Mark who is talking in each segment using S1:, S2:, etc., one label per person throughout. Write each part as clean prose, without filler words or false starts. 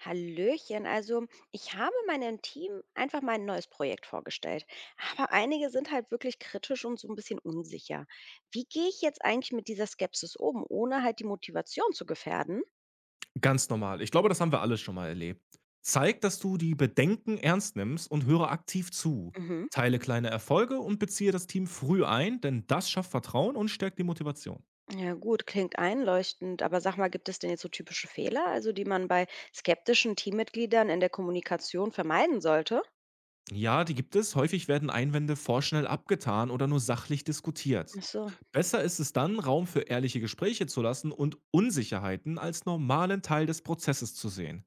S1: Hallöchen, also ich habe meinem Team einfach mal ein neues Projekt vorgestellt. Aber einige sind halt wirklich kritisch und so ein bisschen unsicher. Wie gehe ich jetzt eigentlich mit dieser Skepsis um, ohne halt die Motivation zu gefährden?
S2: Ganz normal. Ich glaube, das haben wir alle schon mal erlebt. Zeig, dass du die Bedenken ernst nimmst und höre aktiv zu.
S1: Mhm.
S2: Teile kleine Erfolge und beziehe das Team früh ein, denn das schafft Vertrauen und stärkt die Motivation.
S1: Ja gut, klingt einleuchtend, aber sag mal, gibt es denn jetzt so typische Fehler, also die man bei skeptischen Teammitgliedern in der Kommunikation vermeiden sollte?
S2: Ja, die gibt es. Häufig werden Einwände vorschnell abgetan oder nur sachlich diskutiert.
S1: Ach so.
S2: Besser ist es dann, Raum für ehrliche Gespräche zu lassen und Unsicherheiten als normalen Teil des Prozesses zu sehen.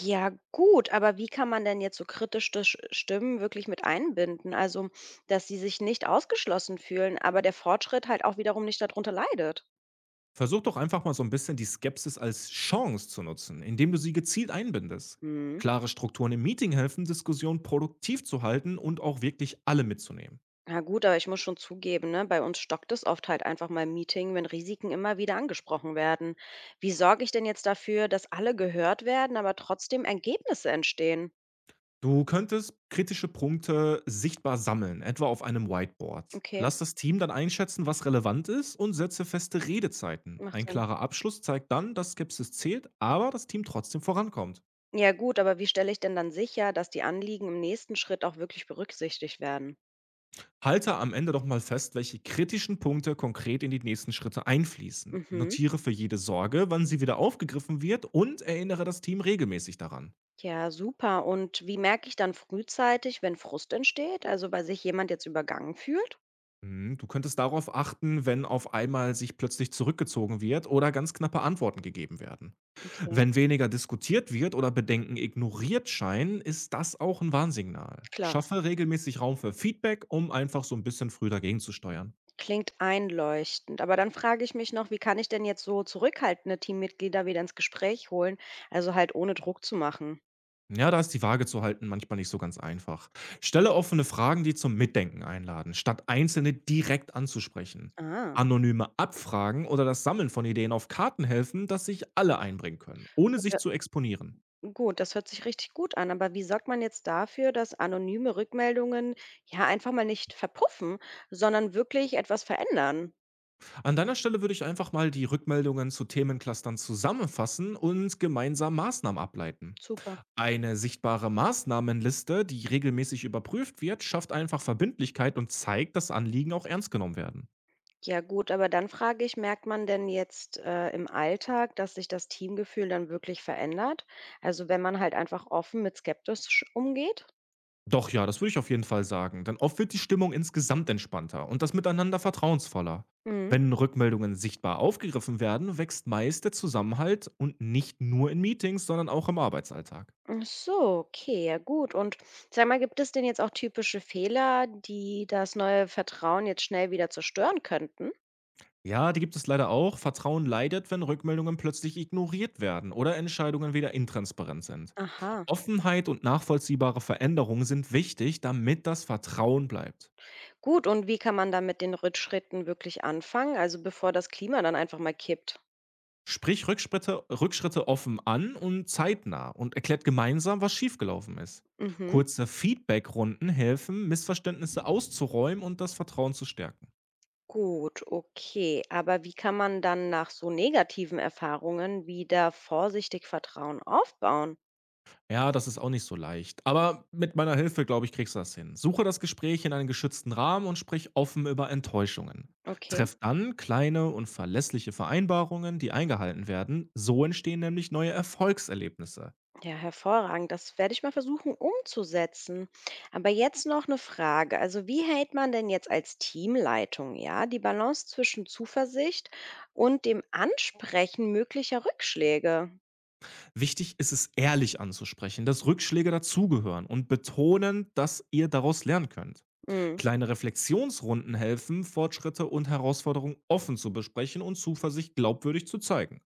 S1: Ja gut, aber wie kann man denn jetzt so kritisch Sch Stimmen wirklich mit einbinden? Also, dass sie sich nicht ausgeschlossen fühlen, aber der Fortschritt halt auch wiederum nicht darunter leidet.
S2: Versuch doch einfach mal so ein bisschen die Skepsis als Chance zu nutzen, indem du sie gezielt einbindest.
S1: Mhm.
S2: Klare Strukturen im Meeting helfen, Diskussionen produktiv zu halten und auch wirklich alle mitzunehmen.
S1: Na gut, aber ich muss schon zugeben, ne, bei uns stockt es oft halt einfach mal im Meeting, wenn Risiken immer wieder angesprochen werden. Wie sorge ich denn jetzt dafür, dass alle gehört werden, aber trotzdem Ergebnisse entstehen?
S2: Du könntest kritische Punkte sichtbar sammeln, etwa auf einem Whiteboard.
S1: Okay,
S2: Lass das Team dann einschätzen, was relevant ist und setze feste Redezeiten.
S1: macht
S2: Ein
S1: Sinn.
S2: klarer Abschluss zeigt dann, dass Skepsis zählt, aber das Team trotzdem vorankommt.
S1: Ja gut, aber wie stelle ich denn dann sicher, dass die Anliegen im nächsten Schritt auch wirklich berücksichtigt werden?
S2: Halte am Ende doch mal fest, welche kritischen Punkte konkret in die nächsten Schritte einfließen.
S1: Mhm.
S2: Notiere für jede Sorge, wann sie wieder aufgegriffen wird und erinnere das Team regelmäßig daran.
S1: Ja, super. Und wie merke ich dann frühzeitig, wenn Frust entsteht? Also, weil sich jemand jetzt übergangen fühlt?
S2: Hm, du könntest darauf achten, wenn auf einmal sich plötzlich zurückgezogen wird oder ganz knappe Antworten gegeben werden.
S1: Okay,
S2: Wenn weniger diskutiert wird oder Bedenken ignoriert scheinen, ist das auch ein Warnsignal.
S1: klar.
S2: Schaffe regelmäßig Raum für Feedback, um einfach so ein bisschen früh dagegen zu steuern.
S1: Klingt einleuchtend. Aber dann frage ich mich noch, wie kann ich denn jetzt so zurückhaltende Teammitglieder wieder ins Gespräch holen? Also halt ohne Druck zu machen.
S2: Ja, da ist die Waage zu halten manchmal nicht so ganz einfach. Stelle offene Fragen, die zum Mitdenken einladen, statt einzelne direkt anzusprechen.
S1: Ah,
S2: Anonyme Abfragen oder das Sammeln von Ideen auf Karten helfen, dass sich alle einbringen können, ohne
S1: gut,
S2: sich zu
S1: hö-
S2: exponieren.
S1: gut, das hört sich richtig gut an. Aber wie sorgt man jetzt dafür, dass anonyme Rückmeldungen ja einfach mal nicht verpuffen, sondern wirklich etwas verändern?
S2: An deiner Stelle würde ich einfach mal die Rückmeldungen zu Themenclustern zusammenfassen und gemeinsam Maßnahmen ableiten.
S1: Super.
S2: Eine sichtbare Maßnahmenliste, die regelmäßig überprüft wird, schafft einfach Verbindlichkeit und zeigt, dass Anliegen auch ernst genommen werden.
S1: Ja gut, aber dann frage ich, merkt man denn jetzt, im Alltag, dass sich das Teamgefühl dann wirklich verändert? Also, wenn man halt einfach offen mit skeptisch umgeht?
S2: Doch, ja, das würde ich auf jeden Fall sagen, denn oft wird die Stimmung insgesamt entspannter und das Miteinander vertrauensvoller.
S1: Mhm.
S2: Wenn Rückmeldungen sichtbar aufgegriffen werden, wächst meist der Zusammenhalt und nicht nur in Meetings, sondern auch im Arbeitsalltag.
S1: Ach so, okay, ja gut. Und sag mal, gibt es denn jetzt auch typische Fehler, die das neue Vertrauen jetzt schnell wieder zerstören könnten?
S2: Ja, die gibt es leider auch. Vertrauen leidet, wenn Rückmeldungen plötzlich ignoriert werden oder Entscheidungen wieder intransparent sind.
S1: Aha.
S2: Offenheit und nachvollziehbare Veränderungen sind wichtig, damit das Vertrauen bleibt.
S1: Gut, und wie kann man dann mit den Rückschritten wirklich anfangen, also bevor das Klima dann einfach mal kippt?
S2: Sprich Rückschritte offen an und zeitnah und erklärt gemeinsam, was schiefgelaufen ist.
S1: Mhm.
S2: Kurze Feedbackrunden helfen, Missverständnisse auszuräumen und das Vertrauen zu stärken.
S1: Gut, okay. Aber wie kann man dann nach so negativen Erfahrungen wieder vorsichtig Vertrauen aufbauen?
S2: Ja, das ist auch nicht so leicht. Aber mit meiner Hilfe, glaube ich, kriegst du das hin. Suche das Gespräch in einen geschützten Rahmen und sprich offen über Enttäuschungen.
S1: Okay.
S2: Treff dann kleine und verlässliche Vereinbarungen, die eingehalten werden. So entstehen nämlich neue Erfolgserlebnisse.
S1: Ja, hervorragend. Das werde ich mal versuchen umzusetzen. Aber jetzt noch eine Frage. Also wie hält man denn jetzt als Teamleitung, ja, die Balance zwischen Zuversicht und dem Ansprechen möglicher Rückschläge?
S2: Wichtig ist es, ehrlich anzusprechen, dass Rückschläge dazugehören und betonen, dass ihr daraus lernen könnt.
S1: Mm.
S2: Kleine Reflexionsrunden helfen, Fortschritte und Herausforderungen offen zu besprechen und Zuversicht glaubwürdig zu zeigen.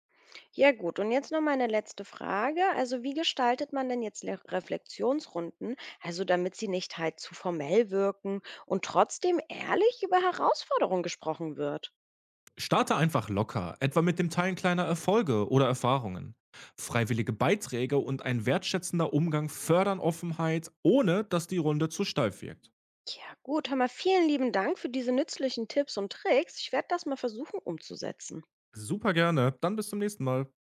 S1: Ja gut, und jetzt noch meine letzte Frage. Also wie gestaltet man denn jetzt Reflexionsrunden, also damit sie nicht halt zu formell wirken und trotzdem ehrlich über Herausforderungen gesprochen wird?
S2: Starte einfach locker, etwa mit dem Teilen kleiner Erfolge oder Erfahrungen. Freiwillige Beiträge und ein wertschätzender Umgang fördern Offenheit, ohne dass die Runde zu steif wirkt.
S1: Ja gut, hör mal, vielen lieben Dank für diese nützlichen Tipps und Tricks. Ich werde das mal versuchen umzusetzen.
S2: Super gerne, dann bis zum nächsten Mal.